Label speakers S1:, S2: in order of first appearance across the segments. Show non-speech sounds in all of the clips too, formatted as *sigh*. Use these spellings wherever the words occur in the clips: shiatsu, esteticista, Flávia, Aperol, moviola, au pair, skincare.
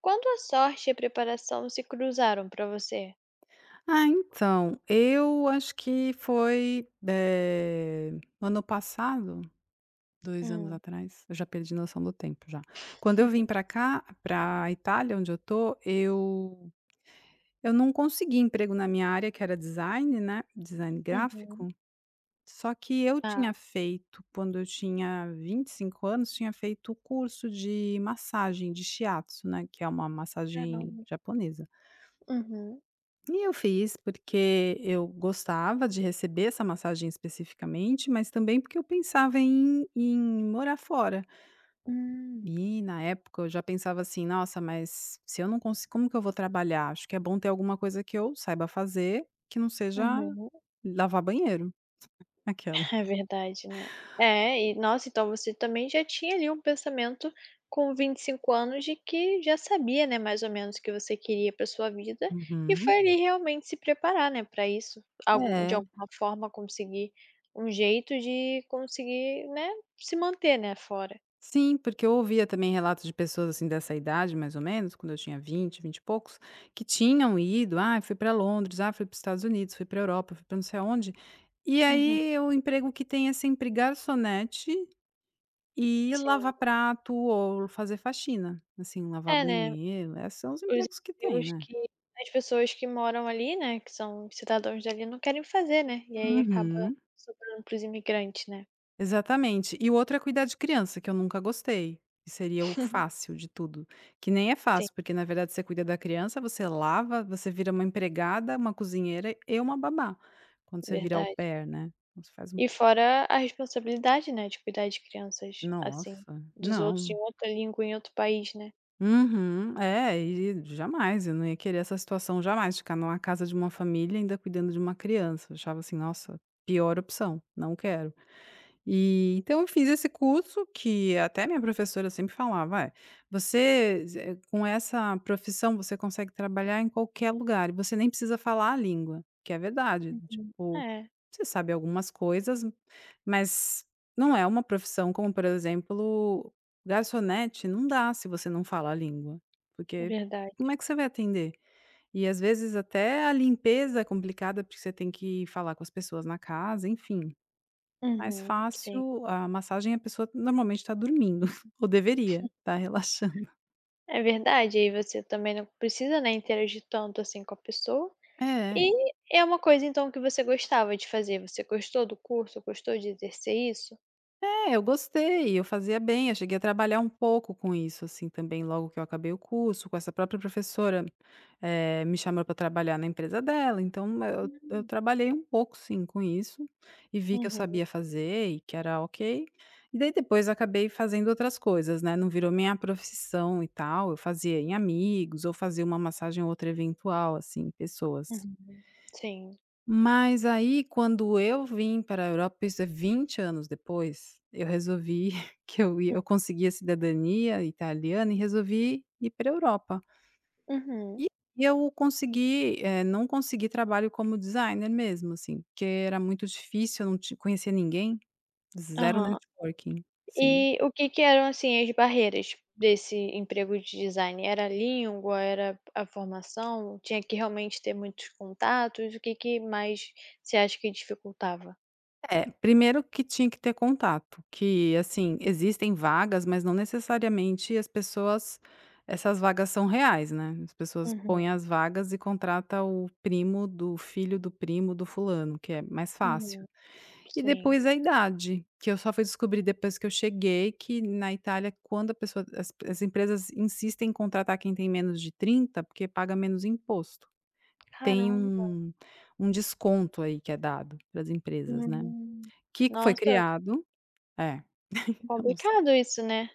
S1: Quando a sorte e a preparação se cruzaram pra você?
S2: Ah, então, eu acho que foi, ano passado, dois anos
S1: Hum.
S2: atrás, eu já perdi noção do tempo já. Quando eu vim
S1: *laughs*
S2: para cá, pra Itália, onde eu tô, eu não consegui emprego na minha área, que era design, né, design
S1: Uhum.
S2: gráfico, só que eu
S1: Ah,
S2: tinha feito, quando eu tinha 25 anos, tinha feito o curso de massagem de shiatsu, né, que é uma massagem
S1: caramba.
S2: japonesa.
S1: Uhum.
S2: E eu fiz, porque eu gostava de receber essa massagem especificamente, mas também porque eu pensava em morar fora.
S1: Hum.
S2: E na época eu já pensava assim: "Nossa, mas se eu não consigo como que eu vou trabalhar? Acho que é bom ter alguma coisa que eu saiba fazer, que não seja
S1: Uhum.
S2: lavar banheiro". Aquela.
S1: É verdade, né. É, e nossa, então você também já tinha ali um pensamento com 25 anos de que já sabia, né, mais ou menos o que você queria pra sua vida, e
S2: Uhum.
S1: foi ali realmente se preparar, né, pra isso, algu de
S2: É.
S1: alguma forma conseguir um jeito de conseguir, né, se manter, né, fora.
S2: Sim, porque eu ouvia também relatos de pessoas assim dessa idade, mais ou menos, quando eu tinha vinte e poucos, que tinham ido, ah, fui para Londres, ah, fui para os Estados Unidos, fui para Europa, fui para não sei aonde. E
S1: Uhum,
S2: aí o emprego que tem é sempre garçonete e
S1: sim.
S2: lavar prato ou fazer faxina, assim, lavar
S1: É, né.
S2: banheiro, esses são os
S1: Os
S2: empregos que tem,
S1: empregos
S2: né?
S1: que as pessoas que moram ali, né, que são cidadãos dali, não querem fazer, né, e aí acaba
S2: Uhum.
S1: sobrando para os imigrantes, né.
S2: Exatamente. E o outro é cuidar de criança, que eu nunca gostei, que seria o
S1: *laughs*
S2: fácil de tudo, que nem é
S1: Sim,
S2: fácil, porque na verdade você cuida da criança, você lava, você vira uma empregada, uma cozinheira e uma babá, quando você vira au
S1: verdade.
S2: pair, né. Então você faz um
S1: E
S2: pouco
S1: fora a responsabilidade, né, de cuidar de crianças, assim,
S2: nossa,
S1: dos outros em
S2: não.
S1: outra língua, em outro país, né.
S2: Uhum. É, e jamais, eu não ia querer essa situação jamais, ficar numa casa de uma família ainda cuidando de uma criança, eu achava assim: "Nossa, pior opção, não quero". E então eu fiz esse curso que até minha professora sempre falava: "Olha, você ze com essa profissão você consegue trabalhar em qualquer lugar e você nem precisa falar a língua", que é verdade,
S1: Uhum.
S2: tipo,
S1: É,
S2: você sabe algumas coisas, mas não é uma profissão como, por exemplo, garçonete, não dá se você não fala a língua, porque como
S1: verdade.
S2: é que você vai atender? E às vezes até a limpeza é complicada, porque você tem que falar com as pessoas na casa, enfim. Mais
S1: Uhum, sim.
S2: fácil, a massagem a pessoa normalmente está dormindo, *laughs* ou deveria, tá relaxando.
S1: É verdade, aí você também não precisa, né, interagir tanto, assim, com a pessoa.
S2: É.
S1: E é uma coisa então que você gostava de fazer, você gostou do curso, gostou de exercer isso?
S2: É, eu gostei, eu fazia bem, eu cheguei a trabalhar um pouco com isso, assim, também logo que eu acabei o curso, com essa própria professora, me chamou para trabalhar na empresa dela, então eu
S1: Hum.
S2: trabalhei um pouco sim com isso, e vi que eu
S1: Uhum,
S2: sabia fazer e que era ok. E daí depois eu acabei fazendo outras coisas, né, não virou minha profissão e tal, eu fazia em amigos, ou fazia uma massagem ou outra eventual, assim, pessoas.
S1: uhum. Sim.
S2: Mas aí, quando eu vim para a Europa, isso é 20 anos depois, eu resolvi *laughs* que eu consegui a cidadania italiana e resolvi ir para a Europa.
S1: Uhum.
S2: E eu consegui, não consegui trabalho como designer mesmo, assim, porque era muito difícil, eu não ti conhecia ninguém, zero
S1: Aham.
S2: networking, sim.
S1: E o que que eram, assim, as barreiras desse emprego de design? Era a língua, era a formação? Tinha que realmente ter muitos contatos? O que que mais você acha que dificultava?
S2: É, primeiro que tinha que ter contato, que assim, existem vagas, mas não necessariamente as pessoas essas vagas são reais, né, as pessoas
S1: Uhum,
S2: põem as vagas e contrata o primo do filho do primo do fulano, que é mais
S1: uhum.
S2: fácil. E
S1: Sim.
S2: depois a idade, que eu só fui descobrir depois que eu cheguei, que na Itália quando a pessoa as empresas insistem em contratar quem tem menos de 30, porque paga menos imposto. Tem
S1: Caramba.
S2: um desconto aí que é dado para as empresas, né.
S1: Hum.
S2: Que foi
S1: Nossa,
S2: criado é, eu não sa
S1: complicado isso, né?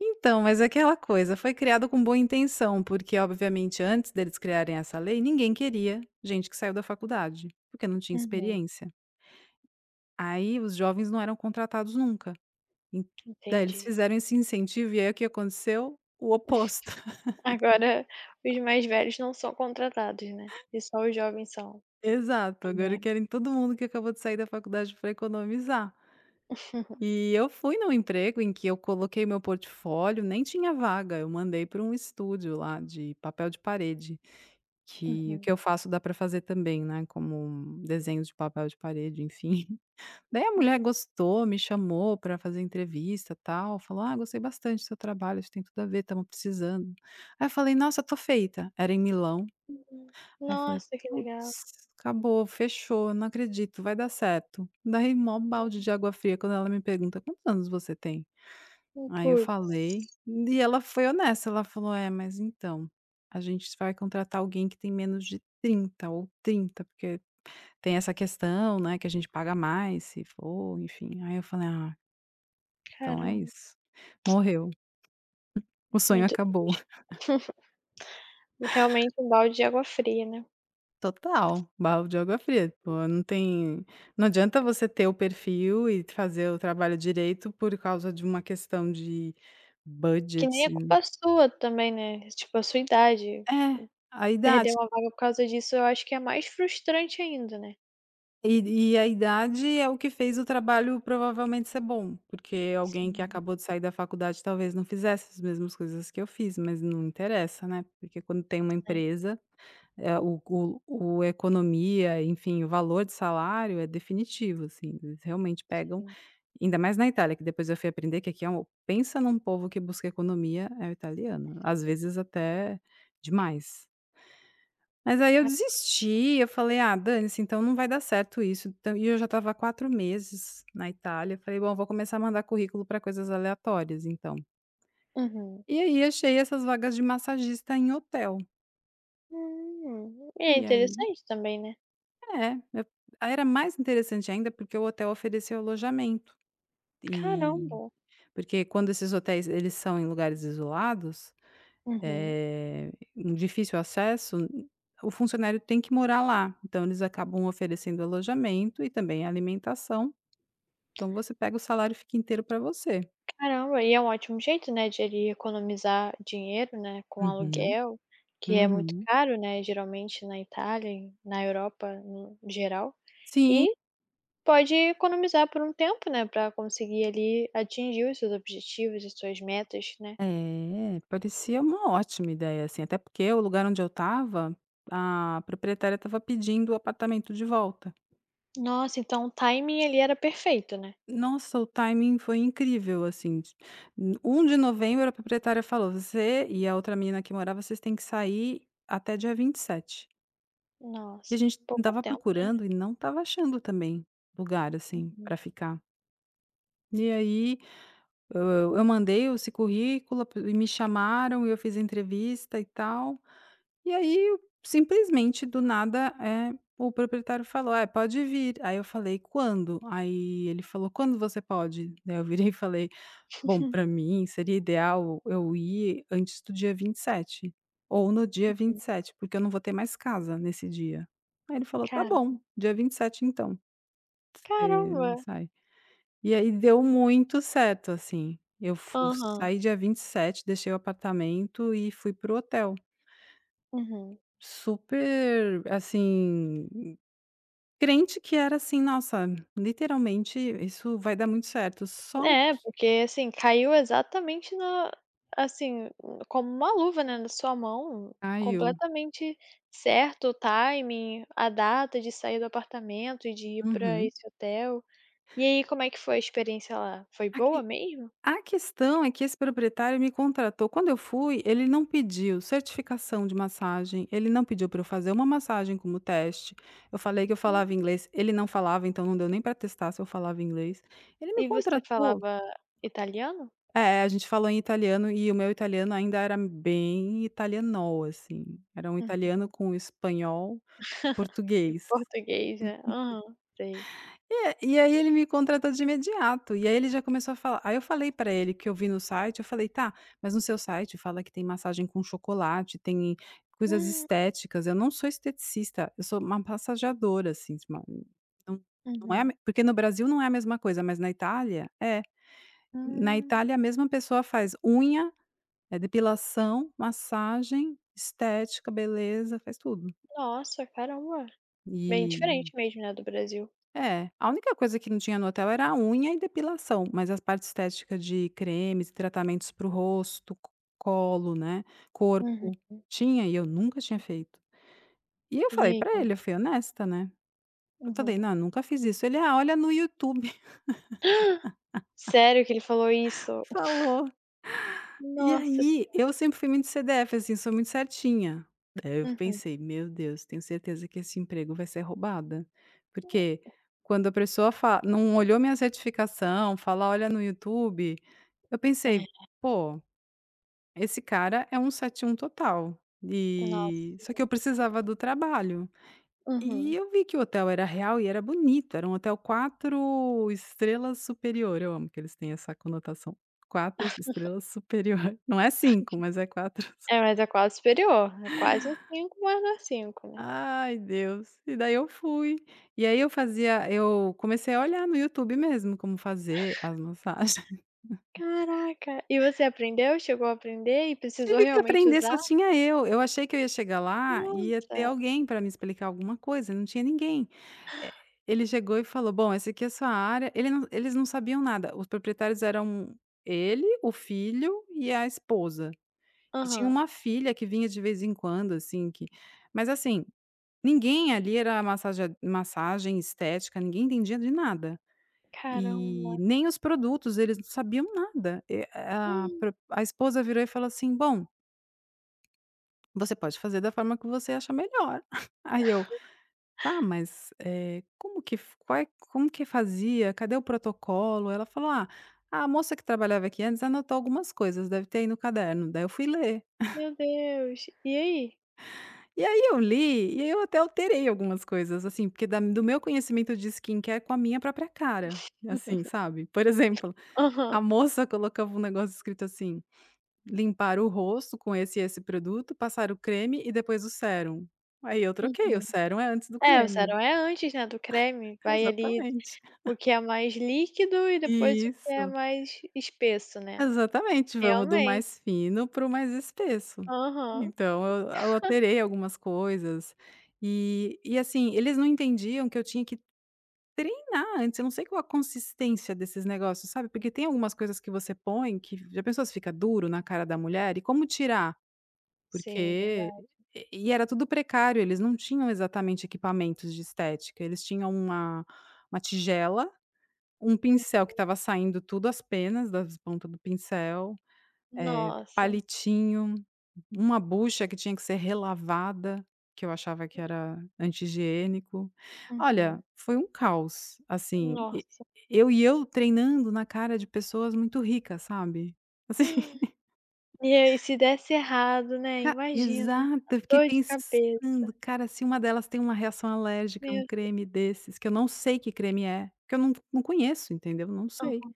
S2: então, mas é aquela coisa, foi criado com boa intenção, porque obviamente antes deles criarem essa lei, ninguém queria gente que saiu da faculdade, porque não tinha
S1: Uhum,
S2: experiência. Aí os jovens não eram contratados nunca. En daí eles
S1: entendi.
S2: fizeram esse incentivo e aí o que aconteceu? O oposto. *laughs*
S1: Agora os mais velhos não são contratados, né? E só os jovens são.
S2: Exato, agora
S1: É.
S2: querem todo mundo que acabou de sair da faculdade para economizar.
S1: *laughs*
S2: E eu fui num emprego em que eu coloquei meu portfólio, nem tinha vaga, eu mandei para um estúdio lá de papel de parede. Que o
S1: Uhum.
S2: que eu faço dá para fazer também, né, como desenhos de papel de parede, enfim. *laughs* Daí a mulher gostou, me chamou para fazer entrevista, tal, falou: "Ah, gostei bastante do seu trabalho, isso tem tudo a ver, estamos precisando". Aí eu falei: "Nossa, tô feita". Era em Milão.
S1: Uhum.
S2: Aí eu falei:
S1: Nossa, que legal.
S2: "Putz, acabou, fechou, não acredito, vai dar certo". Daí mó balde de água fria quando ela me pergunta: "Quantos anos você tem?"
S1: Uhum.
S2: Aí eu falei,
S1: Putz,
S2: e ela foi honesta, ela falou: "É, mas então, a gente vai contratar alguém que tem menos de 30 ou 30 porque tem essa questão, né, que a gente paga mais se for, enfim. Aí eu falei: "Ah, então é
S1: caramba,
S2: isso, morreu, o sonho
S1: muito
S2: acabou".
S1: triste.
S2: *laughs*
S1: *laughs* Realmente um balde de água fria, né.
S2: Total, balde de água fria, pô, não tem não adianta você ter o perfil e fazer o trabalho direito por causa de uma questão de
S1: Que nem é
S2: budget.
S1: culpa sua também, né, tipo, a sua idade.
S2: É, a
S1: Perder
S2: idade.
S1: uma vaga por causa disso, eu acho que é mais frustrante ainda, né.
S2: e a idade é o que fez o trabalho provavelmente ser bom, porque alguém que
S1: Sim,
S2: acabou de sair da faculdade talvez não fizesse as mesmas coisas que eu fiz, mas não interessa, né, porque quando tem uma
S1: né.
S2: empresa, o economia, enfim, o valor de salário é definitivo, assim, eles realmente pegam
S1: Sim.
S2: ainda mais na Itália, que depois eu fui aprender que aqui é um pensa num povo que busca economia, é o italiano, às vezes até demais. Mas aí eu
S1: Ca
S2: desisti, eu falei: "Ah, dane-se, então não vai dar certo isso", então e eu já estava há 4 meses na Itália, falei: "Bom, vou começar a mandar currículo para coisas aleatórias então".
S1: Uhum.
S2: E aí achei essas vagas de massagista em hotel,
S1: E é
S2: e aí
S1: interessante também, né.
S2: é, eu aí era mais interessante ainda, porque o hotel oferecia alojamento,
S1: Caramba.
S2: e porque quando esses hotéis eles são em lugares isolados
S1: Uhum.
S2: um difícil acesso, o funcionário tem que morar lá, então eles acabam oferecendo alojamento e também alimentação, então você pega o salário e fica inteiro para você.
S1: Caramba, e é um ótimo jeito, né, de ele economizar dinheiro, né, com
S2: Uhum,
S1: aluguel, que é muito
S2: uhum.
S1: caro, né, geralmente na Itália e na Europa no geral,
S2: Sim,
S1: e pode economizar por um tempo, né, para conseguir ali atingir os seus objetivos, as suas metas, né.
S2: é, parecia uma ótima ideia, assim, até porque o lugar onde eu estava, a proprietária estava pedindo o apartamento de volta.
S1: Nossa, então o timing ali era perfeito, né.
S2: Nossa, o timing foi incrível, assim, de n de novembro, a proprietária falou: "Você e a outra menina que morava, vocês têm que sair até dia 27". E a
S1: Nossa,
S2: gente
S1: pouco
S2: estava
S1: tempo, né.
S2: procurando e não estava achando também lugar, assim,
S1: Uhum.
S2: para ficar. E aí, eu mandei esse currículo e me chamaram e eu fiz entrevista e tal. E aí, simplesmente, do nada, o proprietário falou: "É, pode vir". Aí eu falei: "Quando?". Aí ele falou: "Quando você pode?". Daí eu virei e falei Bom, para
S1: *laughs*
S2: mim seria ideal eu ir antes do dia 27 ou no dia 27, porque eu não vou ter mais casa nesse dia. Aí ele falou: "Tá
S1: Cara
S2: bom, dia 27 então,
S1: caramba.
S2: você sai". E aí deu muito certo, assim, eu fu
S1: Aham.
S2: saí dia 27, deixei o apartamento e fui para o hotel.
S1: Uhum.
S2: Super, assim, crente que era assim: "Nossa, literalmente isso vai dar muito certo", só
S1: É, porque assim, caiu exatamente na assim, como uma luva, né, na sua mão,
S2: caiu.
S1: completamente certo o timing, a data de sair do apartamento e de ir pra
S2: Uhum.
S1: esse hotel. E aí, como é que foi a experiência lá? Foi boa
S2: Aqui
S1: mesmo?
S2: A questão é que esse proprietário me contratou. Quando eu fui, ele não pediu certificação de massagem, ele não pediu para eu fazer uma massagem como teste. Eu falei que eu falava
S1: Hum.
S2: inglês, ele não falava, então não deu nem para testar se eu falava inglês. Ele me
S1: E você
S2: contratou.
S1: falava italiano?
S2: É, a gente falou em italiano e o meu italiano ainda era bem italianol, assim. Era um
S1: Hum.
S2: italiano com espanhol,
S1: *laughs* E
S2: português.
S1: português, né. Aham, sei.
S2: É, e aí ele me contratou de imediato, e aí ele já começou a falar aí eu falei pra ele que eu vi no site, eu falei: "Tá, mas no seu site fala que tem massagem com chocolate, tem coisas
S1: Hum.
S2: estéticas, eu não sou esteticista, eu sou uma massageadora, assim, de uma não não é a
S1: Uhum.
S2: me" porque no Brasil não é a mesma coisa, mas na Itália é. Na
S1: Hum,
S2: Itália a mesma pessoa faz unha, depilação, massagem, estética, beleza, faz tudo.
S1: nossa, caramba. Bem diferente mesmo, né, do Brasil.
S2: É, a única coisa que não tinha no hotel era a unha e depilação, mas as partes estéticas de cremes e tratamentos para o rosto, co colo, né,
S1: Uhum.
S2: corpo, tinha e eu nunca tinha feito. E eu
S1: E
S2: falei
S1: aí?
S2: pra ele, eu fui honesta, né, eu falei:
S1: Uhum.
S2: "Não, eu nunca fiz isso". Ele: "Ah, olha no YouTube",
S1: *gasps* Sério que ele falou
S2: *laughs*
S1: isso?
S2: falou. E
S1: Nossa.
S2: aí, eu sempre fui muito CDF, assim, sou muito certinha. Daí eu
S1: Uhum.
S2: pensei: "Meu Deus, tenho certeza que esse emprego vai ser roubada", porque quando a pessoa fa não olhou minha certificação, fala: "Olha no YouTube", eu
S1: É,
S2: pensei: "Pô, esse cara é um 7 1 total".
S1: nossa.
S2: E só que eu precisava do trabalho. E
S1: Uhum.
S2: eu vi que o hotel era real e era bonito, era um hotel 4 estrelas superior, eu amo que eles têm essa conotação, 4 *laughs* estrelas superior, não é 5 mas é quatro.
S1: É,
S2: *laughs*
S1: mas é quase superior, é quase um 5, mas não é né.
S2: Ai Deus, e daí eu fui, e aí eu comecei a olhar no YouTube mesmo como fazer as massagens. *laughs*
S1: Caraca, e você aprendeu? Chegou a aprender e precisou
S2: Tive que
S1: realmente
S2: aprender,
S1: usar?
S2: só tinha eu achei que eu ia chegar lá e ia ter
S1: Nossa.
S2: alguém para me explicar alguma coisa, não tinha ninguém. É, ele chegou e falou: "Bom, essa aqui é a sua área". Eles não sabiam nada, os proprietários eram ele, o filho e a esposa. E tinha
S1: Aham.
S2: uma filha que vinha de vez em quando, assim, que mas assim, ninguém ali era massaja massagem estética, ninguém entendia de nada.
S1: Caramba.
S2: E nem os produtos, eles não sabiam nada. E
S1: Hum.
S2: a esposa virou e falou assim: "Bom, você pode fazer da forma que você acha melhor". *laughs* Aí eu Tá, mas, como que f qual é como que fazia? Cadê o protocolo? Ela falou: "Ah, a moça que trabalhava aqui antes anotou algumas coisas, deve ter aí no caderno". Daí eu fui ler.
S1: Meu Deus. E aí?
S2: E aí eu li, e aí eu até alterei algumas coisas, assim, porque da do meu conhecimento de skincare com a minha própria cara, assim,
S1: *laughs*
S2: sabe. Por exemplo,
S1: Aham.
S2: a moça colocava um negócio escrito assim: "Limpar o rosto com esse e esse produto, passar o creme e depois o sérum". Aí eu troquei, o
S1: Uhum.
S2: sérum é antes do
S1: É, o
S2: creme.
S1: sérum é antes, né, do creme,
S2: *laughs*
S1: vai ali
S2: Exatamente.
S1: o que é mais líquido e depois o que é
S2: Isso.
S1: mais espesso, né.
S2: Exatamente, vamos do
S1: Realmente.
S2: mais fino para o mais espesso.
S1: Aham.
S2: Então eu alterei algumas coisas, e assim, eles não entendiam que eu tinha que treinar antes, eu não sei qual a consistência desses negócios, sabe, porque tem algumas coisas que você põe que já pensou se fica duro na cara da mulher, e como tirar?
S1: Sim,
S2: Porque
S1: verdade.
S2: e era tudo precário, eles não tinham exatamente equipamentos de estética, eles tinham uma tigela, um pincel que estava saindo tudo as penas das pontas do pincel. Eh,
S1: Nossa.
S2: palitinho, uma bucha que tinha que ser relavada, que eu achava que era anti-higiênico.
S1: Uhum.
S2: Olha, foi um caos, assim, e
S1: Nossa.
S2: eu treinando na cara de pessoas muito ricas, sabe. Assim, *laughs*
S1: E aí se desse errado, né,
S2: ca
S1: imagina,
S2: exato,
S1: a
S2: eu fiquei
S1: dor de
S2: pensando:
S1: cabeça.
S2: "Cara, se uma delas tem uma reação alérgica a um
S1: Meu
S2: creme desses", que eu não sei que creme é, que eu não conheço, entendeu, não sei.
S1: aham.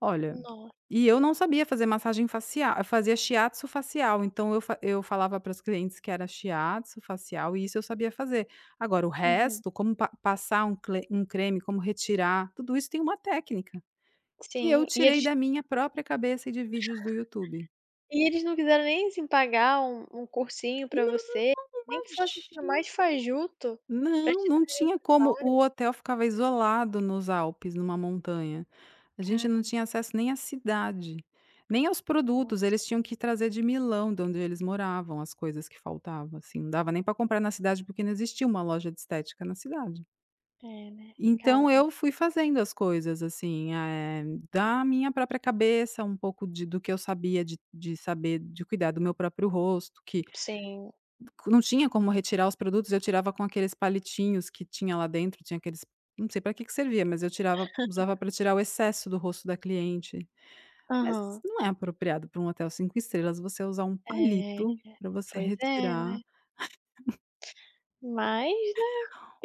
S2: Olha,
S1: Nossa.
S2: e eu não sabia fazer massagem facial, eu fazia shiatsu facial, então eu falava para os clientes que era shiatsu facial e isso eu sabia fazer. Agora o
S1: Uhum.
S2: resto, como pa passar um cle um creme, como retirar, tudo isso tem uma técnica, que eu
S1: Sim,
S2: tirei da minha própria cabeça e de vídeos do YouTube.
S1: e eles não quiseram nem, assim, pagar um cursinho pra você, nem que fosse, assim, o mais
S2: Imagina!
S1: fajuto, pra
S2: Não,
S1: te
S2: não
S1: darem um
S2: tinha como.
S1: preparo.
S2: O hotel ficava isolado nos Alpes, numa montanha. A gente não
S1: Caramba,
S2: tinha acesso nem à cidade, nem aos produtos.
S1: nossa.
S2: Eles tinham que trazer de Milão, de onde eles moravam, as coisas que faltavam, assim. Não dava nem para comprar na cidade, porque não existia uma loja de estética na cidade.
S1: É, né.
S2: Então
S1: Caramba.
S2: eu fui fazendo as coisas, assim, eh, da minha própria cabeça, um pouco de do que eu sabia de saber de cuidar do meu próprio rosto, que
S1: Sim.
S2: não tinha como retirar os produtos, eu tirava com aqueles palitinhos que tinha lá dentro, tinha aqueles, não sei para que que servia, mas eu tirava usava para tirar o excesso do rosto da cliente. Mas
S1: Aham.
S2: não é apropriado para um hotel 5 estrelas você usar um
S1: É,
S2: palito para você
S1: pois é, né.
S2: retirar
S1: Mas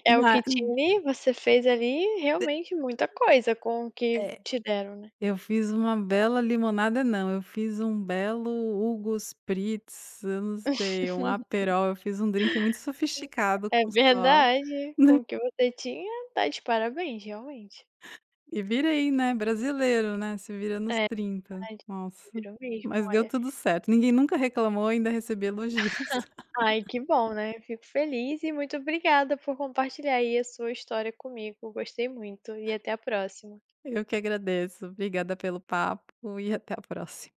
S1: é o
S2: uma...
S1: que tinha, você fez ali realmente muita coisa com o que
S2: é,
S1: te deram, né.
S2: eu fiz uma bela limonada não, eu fiz um belo Hugo Spritz, eu não sei, um
S1: *laughs*
S2: Aperol, eu fiz um drink muito sofisticado
S1: É
S2: com suor.
S1: verdade, com o que
S2: *laughs*
S1: você tinha, tá de parabéns, realmente.
S2: E virei, né, brasileiro, né, se vira nos
S1: É,
S2: trinta.
S1: ai, se
S2: Nossa,
S1: virou mesmo,
S2: mas deu
S1: olha.
S2: tudo certo. Ninguém nunca reclamou, ainda recebi elogios.
S1: Ai, que bom, né, fico feliz e muito obrigada por compartilhar aí a sua história comigo, gostei muito e até a próxima.
S2: *laughs* Eu que agradeço. Obrigada pelo papo e até a próxima.